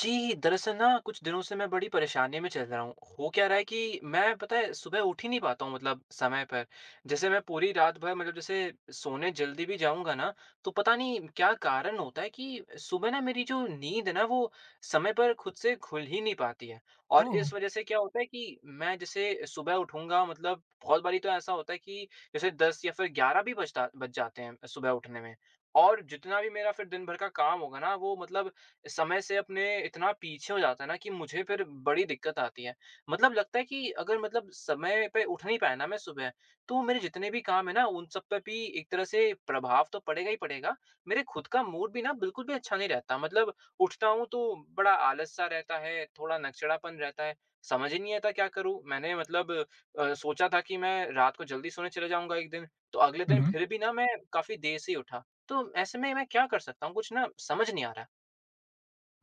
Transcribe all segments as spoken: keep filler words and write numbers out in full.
जी, दरअसल ना कुछ दिनों से मैं बड़ी परेशानी में चल रहा हूँ। हो क्या रहा है कि मैं पता है सुबह उठ ही नहीं पाता हूँ मतलब समय पर। जैसे मैं पूरी रात भर मतलब जैसे सोने जल्दी भी जाऊँगा ना, तो पता नहीं क्या कारण होता है कि सुबह ना मेरी जो नींद है ना वो समय पर खुद से खुल ही नहीं पाती है। और ओह! इस वज़ह से क्या होता है कि मैं जैसे सुबह उठूँगा मतलब, बहुत बारी तो ऐसा होता है कि जैसे दस या फिर ग्यारह भी बजता बज जाते हैं सुबह उठने में। और जितना भी मेरा फिर दिन भर का काम होगा ना वो मतलब समय से अपने इतना पीछे हो जाता है ना कि मुझे फिर बड़ी दिक्कत आती है। मतलब लगता है कि अगर मतलब समय पे उठ नहीं पाया ना मैं सुबह, तो मेरे जितने भी काम है ना उन सब पे भी एक तरह से प्रभाव तो पड़ेगा ही पड़ेगा। मेरे खुद का मूड भी ना बिल्कुल भी अच्छा नहीं रहता। मतलब उठता हूँ तो बड़ा आलस-सा रहता है, थोड़ा नकचढ़ापन रहता है। समझ ही नहीं आता क्या करूँ? मैंने मतलब अ, सोचा था कि मैं रात को जल्दी सोने चला जाऊँगा एक दिन, तो अगले हुँ, दिन हुँ। फिर भी ना मैं काफ़ी देर से ही उठा। तो ऐसे में मैं क्या कर सकता हूँ? कुछ ना समझ नहीं आ रहा।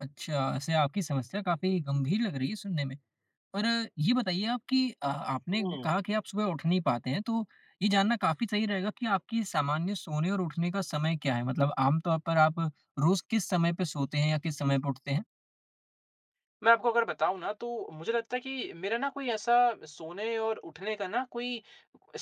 अच्छा, ऐसे आपकी समस्या काफ़ी गंभीर लग रही है सुनने में। पर अ, ये बताइए आप कि अ, आपने एक हुँ। कहा कि आप सुबह उठ नहीं पाते हैं, तो ये जानना काफ़ी सही रहेगा कि आपकी सामान्य सोने और उठने का समय क्या है? मतलब आम तौर पर आप रोज़ किस समय पे सोते हैं या किस समय पे उठते हैं? मैं आपको अगर बताऊँ ना, तो मुझे लगता है कि मेरा ना कोई ऐसा सोने और उठने का ना कोई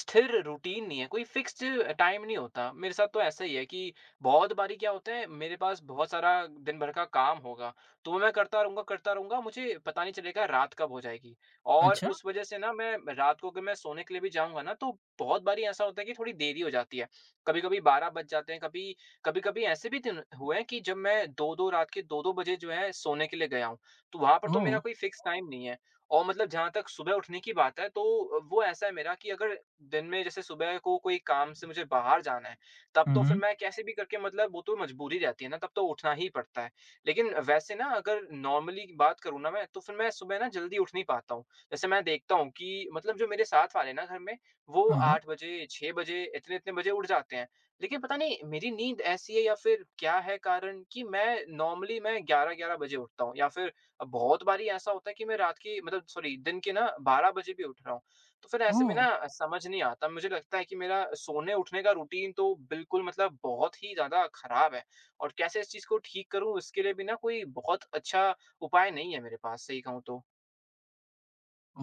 स्थिर रूटीन नहीं है, कोई फिक्स्ड टाइम नहीं होता। मेरे साथ तो ऐसा ही है कि बहुत बारी क्या होता है, मेरे पास बहुत सारा दिन भर का काम होगा, तो वो मैं करता रहूँगा, करता रहूँगा, मुझे पता नहीं चलेगा रात कब हो जाएगी। और अच्छा। उस वज़ह से ना, मैं रात को अगर मैं सोने के लिए भी जाऊँगा ना, तो बहुत बारी ऐसा होता है कि थोड़ी देरी हो जाती है। कभी-कभी बारह बज जाते हैं, कभी कभी-कभी ऐसे भी दिन हुए हैं कि जब मैं दो-दो, रात के दो-दो बजे जो है सोने के लिए गया हूँ। तो वहाँ पर तो ओह! मेरा कोई फ़िक्स टाइम नहीं है, और मतलब जहाँ तक सुबह उठने की बात है, तो वो ऐसा है मेरा कि अगर दिन में जैसे सुबह को कोई काम से मुझे बाहर जाना है, तब हुँ, तो फिर हुँ। मैं कैसे भी करके, मतलब वो तो मजबूरी रहती है ना, तब तो उठना ही पड़ता है। लेकिन वैसे ना अगर नॉर्मली बात करूँ ना मैं, तो फिर मैं सुबह ना जल्दी उठ नहीं पाता हूँ। जैसे मैं देखता हूँ कि मतलब जो मेरे साथ वाले हैं ना घर में, वो हाँ, हाँ। आठ बजे, छह बजे, इतने-इतने बजे उठ जाते हैं। लेकिन पता नहीं मेरी नींद ऐसी है या फिर क्या है कारण कि मैं नॉर्मली मैं ग्यारह-ग्यारह बजे उठता हूँ, या फिर अब बहुत बारी ऐसा होता है कि मैं रात की मतलब सॉरी दिन के ना बारह बजे भी उठ रहा हूँ। तो फिर ऐसे में ओह! ना समझ नहीं आता, मुझे लगता है कि मेरा सोने-उठने का रूटीन तो बिल्कुल, मतलब बहुत ही ज़्यादा ख़राब है, और कैसे इस चीज़ को ठीक करूँ इसके लिए भी ना कोई बहुत अच्छा उपाय नहीं है मेरे पास सही कहूँ तो।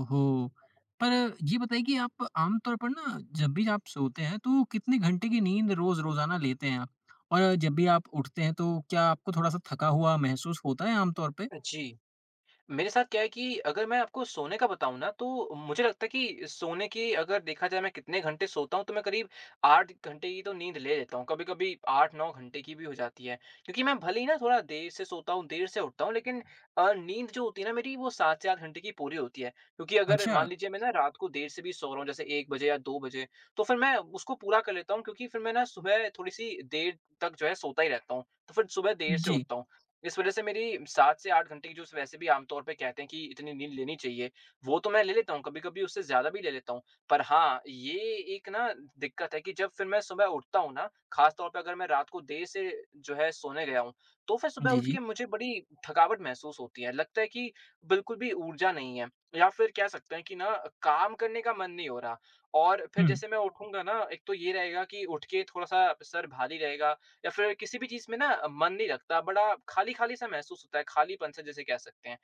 ओहो! पर ये बताइए कि आप आमतौर पर ना जब भी आप सोते हैं तो कितने घंटे की नींद रोज़ रोज़ाना लेते हैं आप? और जब भी आप उठते हैं तो क्या आपको थोड़ा-सा थका हुआ महसूस होता है आमतौर पे? जी। मेरे साथ क्या है कि अगर मैं आपको सोने का बताऊँ ना, तो मुझे लगता है कि सोने की अगर देखा जाए मैं कितने घंटे सोता हूँ, तो मैं करीब आठ घंटे की तो नींद ले लेता हूँ। कभी-कभी आठ-नौ घंटे की भी हो जाती है। क्योंकि मैं भले ही ना थोड़ा देर से सोता हूँ, देर से उठता हूँ, लेकिन अ, नींद जो होती है ना मेरी वो सात से आठ घंटे की पूरी होती है। क्योंकि अगर अच्छा। मान लीजिए मैं ना रात को देर से भी सो रहा हूँ, जैसे एक बजे या दो बजे, तो फिर मैं उसको पूरा कर लेता हूँ क्योंकि फिर मैं ना सुबह थोड़ी-सी देर तक जो है सोता ही रहता हूँ। तो फिर सुबह देर से जी। उठता हूँ। इस वज़ह से मेरी सात से आठ घंटे की जो स वैसे भी आम तौर पे कहते हैं कि इतनी नींद लेनी चाहिए, वो तो मैं ले लेता हूँ, कभी-कभी उससे ज़्यादा भी ले लेता हूँ। पर हाँ, ये एक ना दिक्कत है कि जब फिर मैं सुबह उठता हूँ ना, ख़ास तौर पे अगर मैं रात को देर से जो है सोने गया हूँ, तो फिर सुबह जी, उठ के जी। मुझे बड़ी थकावट महसूस होती है। लगता है कि बिल्कुल भी ऊर्जा नहीं है, या फिर कह सकते हैं कि ना काम करने का मन नहीं हो रहा, और फिर हुँ। जैसे मैं उठूँगा ना, एक तो ये रहेगा कि उठ के थोड़ा-सा सर भारी रहेगा, या फिर किसी भी चीज़ में ना मन नहीं लगता, बड़ा खाली-खाली सा महसूस होता है, खालीपन-सा जिसे कह सकते हैं।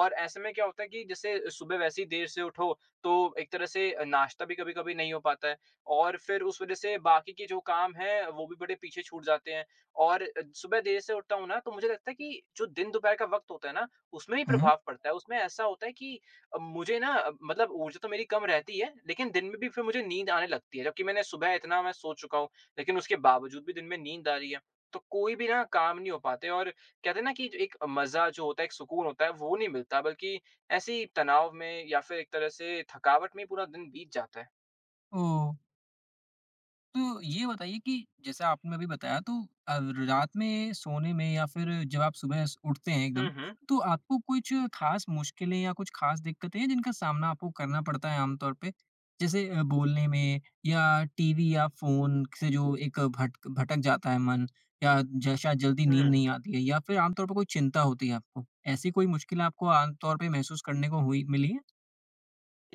और ऐसे में क्या होता है कि जैसे सुबह वैसे ही देर से उठो, तो एक तरह से नाश्ता भी कभी-कभी नहीं हो पाता है, और फिर उस वज़ह से बाकी के जो काम हैं, वो भी बड़े पीछे छूट जाते हैं। और अ, सुबह देर से उठता हूँ ना, तो मुझे लगता है कि जो दिन दोपहर का वक़्त होता है ना, उसमें भी हाँ। प्रभाव पड़ता है। उसमें ऐसा होता है कि अ, मुझे ना अब मतलब ऊर्जा तो मेरी कम रहती है, लेकिन दिन में भी फिर मुझे नींद आने लगती है, जबकि मैंने सुबह इतना मैं सो चुका हूँ। लेकिन उसके बावजूद भी दिन में नींद आ रही है। तो कोई भी ना काम नहीं हो पाते, और कहते हैं ना कि एक मज़ा जो होता है, एक सुकून होता है, वो नहीं मिलता, बल्कि ऐसे ही तनाव में या फिर एक तरह से थकावट में ही पूरा दिन बीत जाता है। ओह! तो ये बताइए कि जैसे आपने अभी बताया तो अ, रात में सोने में या फिर जब आप सुबह स- उठते हैं हुँ, एकदम, हुँ। तो आपको कुछ खास मुश्किलें या कुछ खास दिक्कतें हैं जिनका सामना आपको करना पड़ता है आमतौर पे, जैसे अ, बोलने में या टीवी या फोन से जो एक भटक भटक जाता है मन, या ज- शायद जल्दी नींद हुँ। नहीं आती है या फिर आमतौर पर कोई चिंता होती है आपको। ऐसी कोई मुश्किल आपको आमतौर पे महसूस करने को हुई मिली है?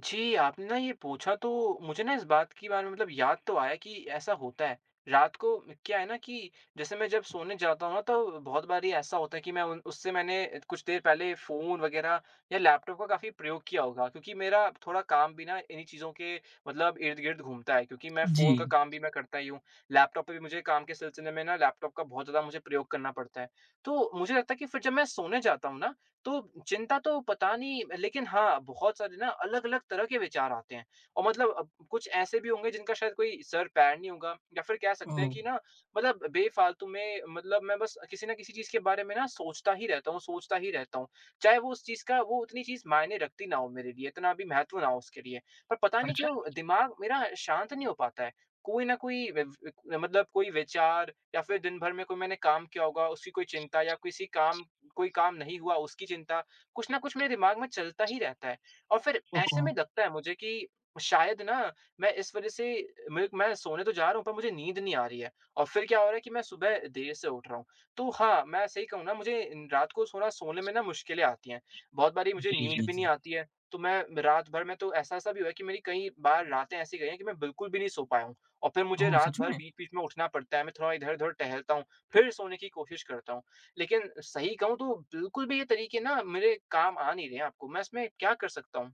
जी, आपने ना ये पूछा तो मुझे ना इस बात के बारे में मतलब याद तो आया कि ऐसा होता है। रात को क्या है ना कि जैसे मैं जब सोने जाता हूँ ना, तो बहुत बारी ऐसा होता है कि मैं उन उससे मैंने कुछ देर पहले फ़ोन वग़ैरह या लैपटॉप का काफ़ी प्रयोग किया होगा, क्योंकि मेरा थोड़ा काम भी ना इन्हीं चीज़ों के मतलब इर्द-गिर्द घूमता है, क्योंकि मैं जी। फ़ोन का काम भी मैं करता ही हूँ। लैपटॉप पे भी मुझे काम के सिलसिले में ना लैपटॉप का बहुत ज़्यादा मुझे प्रयोग करना पड़ता है। तो मुझे लगता है कि फिर जब मैं सोने जाता हूँ ना, तो चिंता तो पता नहीं, लेकिन हाँ, बहुत सारे ना अलग-अलग तरह के विचार आते हैं, और मतलब अब कुछ ऐसे भी होंगे जिनका शायद कोई सर-पैर नहीं होगा, या फिर कह ओ। सकते हैं कि ना मतलब बेफ़ालतू में, मतलब मैं बस किसी न किसी चीज़ के बारे में ना सोचता ही रहता हूँ, सोचता ही रहता हूँ। चाहे वो उस चीज़ का वो उतनी चीज़ मायने रखती ना हो मेरे लिए, इतना भी महत्व ना हो उसके लिए। पर पता नहीं अच्छा। क्यों दिमाग मेरा शांत नहीं हो पाता है। कोई न कोई व व मतलब कोई विचार, या फिर दिन भर में कोई मैंने काम किया होगा, उसकी कोई चिंता, या किसी काम कोई काम नहीं हुआ उसकी चिंता, कुछ ना कुछ मेरे दिमाग में चलता ही रहता है, और फिर ऐसे ओहो। में लगता है मुझे कि शायद ना मैं इस वजह से, मैं मैं सोने तो जा रहा हूँ पर मुझे नींद नहीं आ रही है, और फिर क्या हो रहा है कि मैं सुबह देर से उठ रहा हूँ। तो हाँ, मैं सही कहूँ ना, मुझे इन- रात को थोड़ा सोने में ना मुश्किलें आती हैं, बहुत बारी मुझे जी, नींद जी, भी नहीं जी। आती है, तो मैं रात भर में तो ऐसा ऐसा भी हुआ है कि मेरी कई बार रातें ऐसी गई हैं कि मैं बिल्कुल भी नहीं सो पाया हूँ, और फिर मुझे ओ, रात सच भर में? बीच बीच में उठना पड़ता है, मैं थोड़ा इधर उधर टहलता हूँ, फिर सोने की कोशिश करता हूँ, लेकिन सही कहूँ तो बिल्कुल भी ये तरीके ना मेरे काम आ नहीं रहे हैं। आपको, मैं इसमें क्या कर सकता हूँ?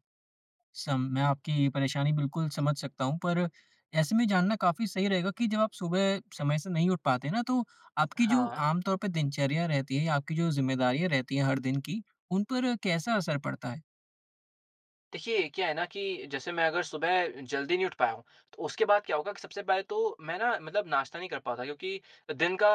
सम, मैं आपकी परेशानी बिल्कुल समझ सकता हूँ, पर ऐसे में जानना काफ़ी सही रहेगा कि जब आप सुबह समय से नहीं उठ पाते ना, तो आपकी जो हाँ। आम तौर पे दिनचर्या रहती है या आपकी जो ज़िम्मेदारियाँ रहती हैं हर दिन की, उन पर कैसा असर पड़ता है? देखिए, क्या है ना कि जैसे मैं अगर सुबह जल्दी नहीं उठ पाया हूँ, तो उसके बाद क्या होगा कि सबसे पहले तो मैं ना मतलब नाश्ता नहीं कर पाता, क्योंकि दिन का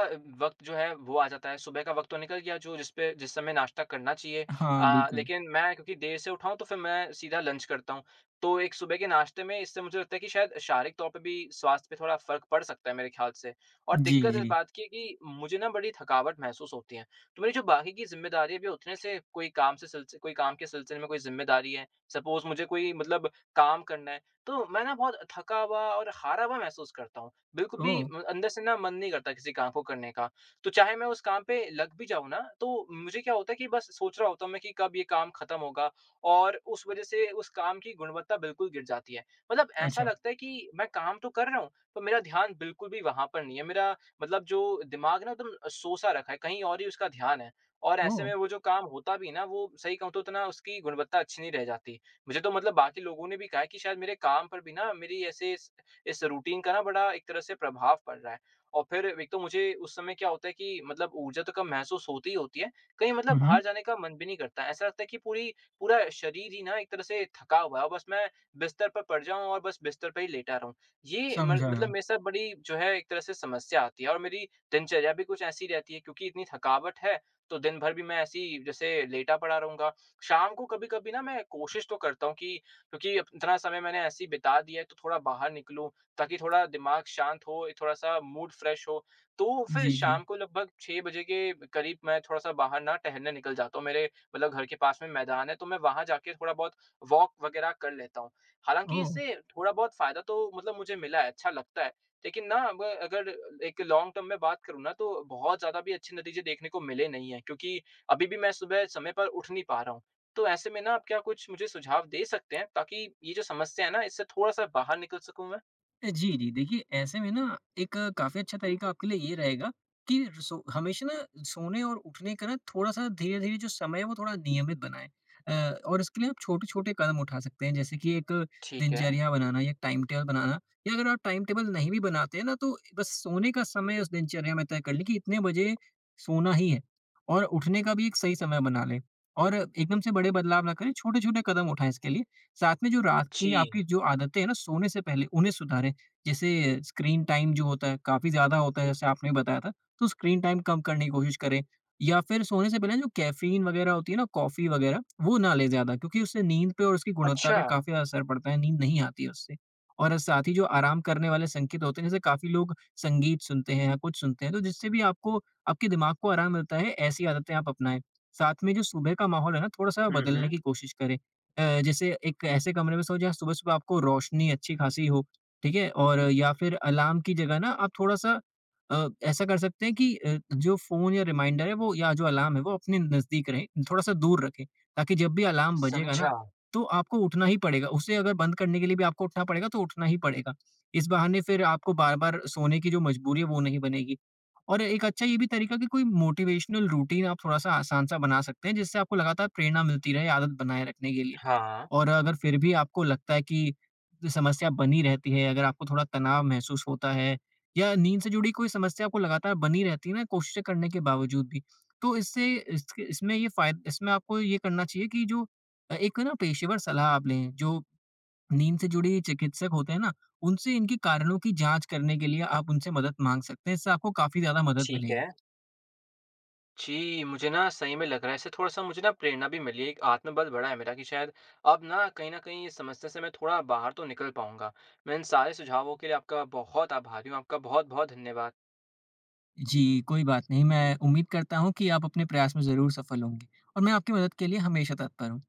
वक़्त जो है वो आ जाता है, सुबह का वक़्त तो निकल गया, जो जिस पे जिस समय नाश्ता करना चाहिए। हाँ, अ, बिल्कुल। लेकिन मैं क्योंकि देर से उठा हूँ, तो फिर मैं सीधा लंच करता हूँ। तो एक सुबह के नाश्ते में इससे मुझे लगता है कि शायद शारीरिक तौर पे भी स्वास्थ्य पे थोड़ा फ़र्क पड़ सकता है मेरे ख्याल से। और जी, दिक्कत इस जी। बात की है कि मुझे ना बड़ी थकावट महसूस होती है। तो मेरी जो बाकी की ज़िम्मेदारियाँ भी होती हैं, जैसे कोई काम से सिलसि कोई काम के सिलसिले में कोई ज़िम्मेदारी है, सपोज़ मुझे कोई मतलब काम करना है, तो मैं ना बहुत थका हुआ और हारा हुआ महसूस करता हूँ। बिल्कुल भी ओह! म अंदर से ना मन नहीं करता किसी काम को करने का। तो चाहे मैं उस काम पे लग भी जाऊँ ना, तो मुझे क्या होता है कि बस सोच रहा होता हूँ मैं कि कब ये काम खत्म होगा, और उस वज़ह से उस काम की गुणवत्ता बिल्कुल गिर जाती है। मतलब ऐसा अच्छा। लगता है कि मैं काम तो कर रहा हूँ, पर मेरा ध्यान बिल्कुल भी वहाँ पर नहीं है। मेरा मतलब जो दिमाग ना एकदम सोसा रखा है, कहीं और ही उसका ध्यान है, और ऐसे ओह! में वो जो काम होता भी है ना, वो सही कहूँ तो उतना उसकी गुणवत्ता अच्छी नहीं रह जाती। मुझे तो मतलब बाकी लोगों ने भी कहा है कि शायद मेरे काम पर भी ना, मेरी ऐसे इस इस रूटीन का ना बड़ा एक तरह से प्रभाव पड़ रहा है। और फिर एक तो मुझे उस समय क्या होता है कि मतलब ऊर्जा तो कम महसूस होती ही होती है, कहीं मतलब हुँ, हुँ। बाहर जाने का मन भी नहीं करता है। ऐसा लगता है कि पूरी पूरा शरीर ही ना एक तरह से थका हुआ है, और बस मैं बिस्तर पर पड़ जाऊँ और बस बिस्तर पे ही लेटा रहूँ। ये म समझा। मतलब मेरे साथ बड़ी जो है एक तरह से समस्या आती है, और मेरी दिनचर्या भी कुछ ऐसी रहती है, क्योंकि इतनी थकावट है, तो दिन भर भी मैं ऐसे ही जैसे लेटा पड़ा रहूँगा। शाम को कभी-कभी ना मैं कोशिश तो करता हूँ कि क्योंकि अब इतना समय मैंने ऐसे ही बिता दिया है, तो थोड़ा बाहर निकलूँ, ताकि थोड़ा दिमाग शांत हो, थोड़ा-सा मूड फ्रेश हो। तो फिर जी, जी। शाम को लगभग छह बजे के करीब मैं थोड़ा-सा बाहर ना टहलने निकल जाता हूँ। मेरे मतलब घर के पास में मैदान है, तो मैं वहाँ जाके थोड़ा बहुत वॉक वगैरह कर लेता हूँ। हालाँकि ओह! इससे थोड़ा बहुत फ़ायदा तो मतलब मुझे मिला है, अच्छा लगता है। लेकिन ना अब अगर एक लॉन्ग टर्म में बात करूँ ना, तो बहुत ज़्यादा भी अच्छे नतीजे देखने को मिले नहीं हैं, क्योंकि अभी भी मैं सुबह समय पर उठ नहीं पा रहा हूँ। तो ऐसे में ना आप क्या कुछ मुझे सुझाव दे सकते हैं ताकि ये जो समस्या है ना इससे थोड़ा-सा बाहर निकल सकूँ मैं? जी, जी। देखिए, ऐसे में ना एक काफ़ी अच्छा तरीका आपके लिए ये रहेगा कि र सो हमेशा ना सोने और उठने का ना थोड़ा-सा धीरे-धीरे जो समय है, वो थोड़ा नियमित बनाएँ। अ, और इसके लिए आप छोटे-छोटे कदम उठा सकते हैं, जैसे कि एक ठीक है। दिनचर्या बनाना या टाइम टेबल बनाना, या अगर आप टाइम टेबल नहीं भी बनाते हैं ना, तो बस सोने का समय उस दिनचर्या में तय कर लें कि इतने बजे सोना ही है, और उठने का भी एक सही समय बना लें। और एकदम से बड़े बदलाव ना करें, छोटे-छोटे कदम उठाएँ इसके लिए। साथ में जो रात जी। की आपकी जो आदतें हैं ना, सोने से पहले उन्हें सुधारें। जैसे स्क्रीन टाइम जो होता है काफ़ी ज़्यादा होता है जैसे आपने बताया था, तो स्क्रीन टाइम कम करने की कोशिश करें, या फिर सोने से पहले जो कैफ़ीन वग़ैरह होती है ना, कॉफ़ी वग़ैरह वो ना लें ज़्यादा, क्योंकि उससे नींद पे और उसकी गुणवत्ता अच्छा। पे काफ़ी ज़्यादा असर पड़ता है, नींद नहीं आती है उससे। और साथ ही जो आराम करने वाले संकेत होते हैं, जैसे काफ़ी लोग संगीत सुनते हैं या कुछ सुनते हैं, तो जिससे भी आपको आपके दिमाग को आराम मिलता है, ऐसी आदतें आप अपनाएँ। साथ में जो सुबह का माहौल है ना, थोड़ा-सा हुँ, बदलने हुँ। की कोशिश करें। अ, जैसे एक ऐसे कमरे में सोएं जहाँ सुबह-सुबह आपको रोशनी अच्छी-खासी हो, ठीक है? और या फिर अलार्म की जगह ना आप थोड़ा-सा अ, ऐसा कर सकते हैं कि अ, जो फ़ोन या रिमाइंडर है वो या जो अलार्म है वो अपने नज़दीक रहे, थोड़ा-सा दूर रखें, ताकि जब भी अलार्म बजेगा ना, समझा। तो आपको उठना ही पड़ेगा। उसे अगर बंद करने के लिए भी आपको उठना पड़ेगा तो उठना ही पड़ेगा। इस बहाने फिर आपको बार-बार सोने की जो मजबूरी है वो नहीं बनेगी। और एक अच्छा ये भी तरीका कि कोई मोटिवेशनल रूटीन आप थोड़ा-सा आसान-सा बना सकते हैं, जिससे आपको लगातार प्रेरणा मिलती रहे आदत बनाए रखने के लिए। हाँ, और अगर फिर भी आपको लगता है कि समस्या बनी रहती है, अगर आपको थोड़ा तनाव महसूस होता है या नींद से जुड़ी कोई समस्या आपको लगातार बनी रहती है ना कोशिशें करने के बावजूद भी, तो इससे इसके इसमें ये फ़ायद इसमें आपको ये करना चाहिए कि जो अ, एक ना पेशेवर सलाह आप लें, जो नींद से जुड़े चिकित्सक होते हैं ना, उनसे इनके कारणों की जाँच करने के लिए आप उनसे मदद माँग सकते हैं, इससे आपको काफ़ी ज़्यादा मदद ठीक मिलेगी। है। जी, मुझे ना सही में लग रहा है, इससे थोड़ा-सा मुझे ना प्रेरणा भी मिली है, एक आत्मबल बढ़ा है मेरा कि शायद अब ना कहीं न कहीं इस समस्या से मैं थोड़ा बाहर तो निकल पाऊँगा। मैं इन सारे सुझावों के लिए आपका बहुत आभारी हूँ, आपका बहुत-बहुत धन्यवाद। जी, कोई बात नहीं, मैं उम्मीद करता हूँ कि आप अपने प्रयास में ज़रूर सफल होंगे और मैं आपकी मदद के लिए हमेशा तत्पर हूँ।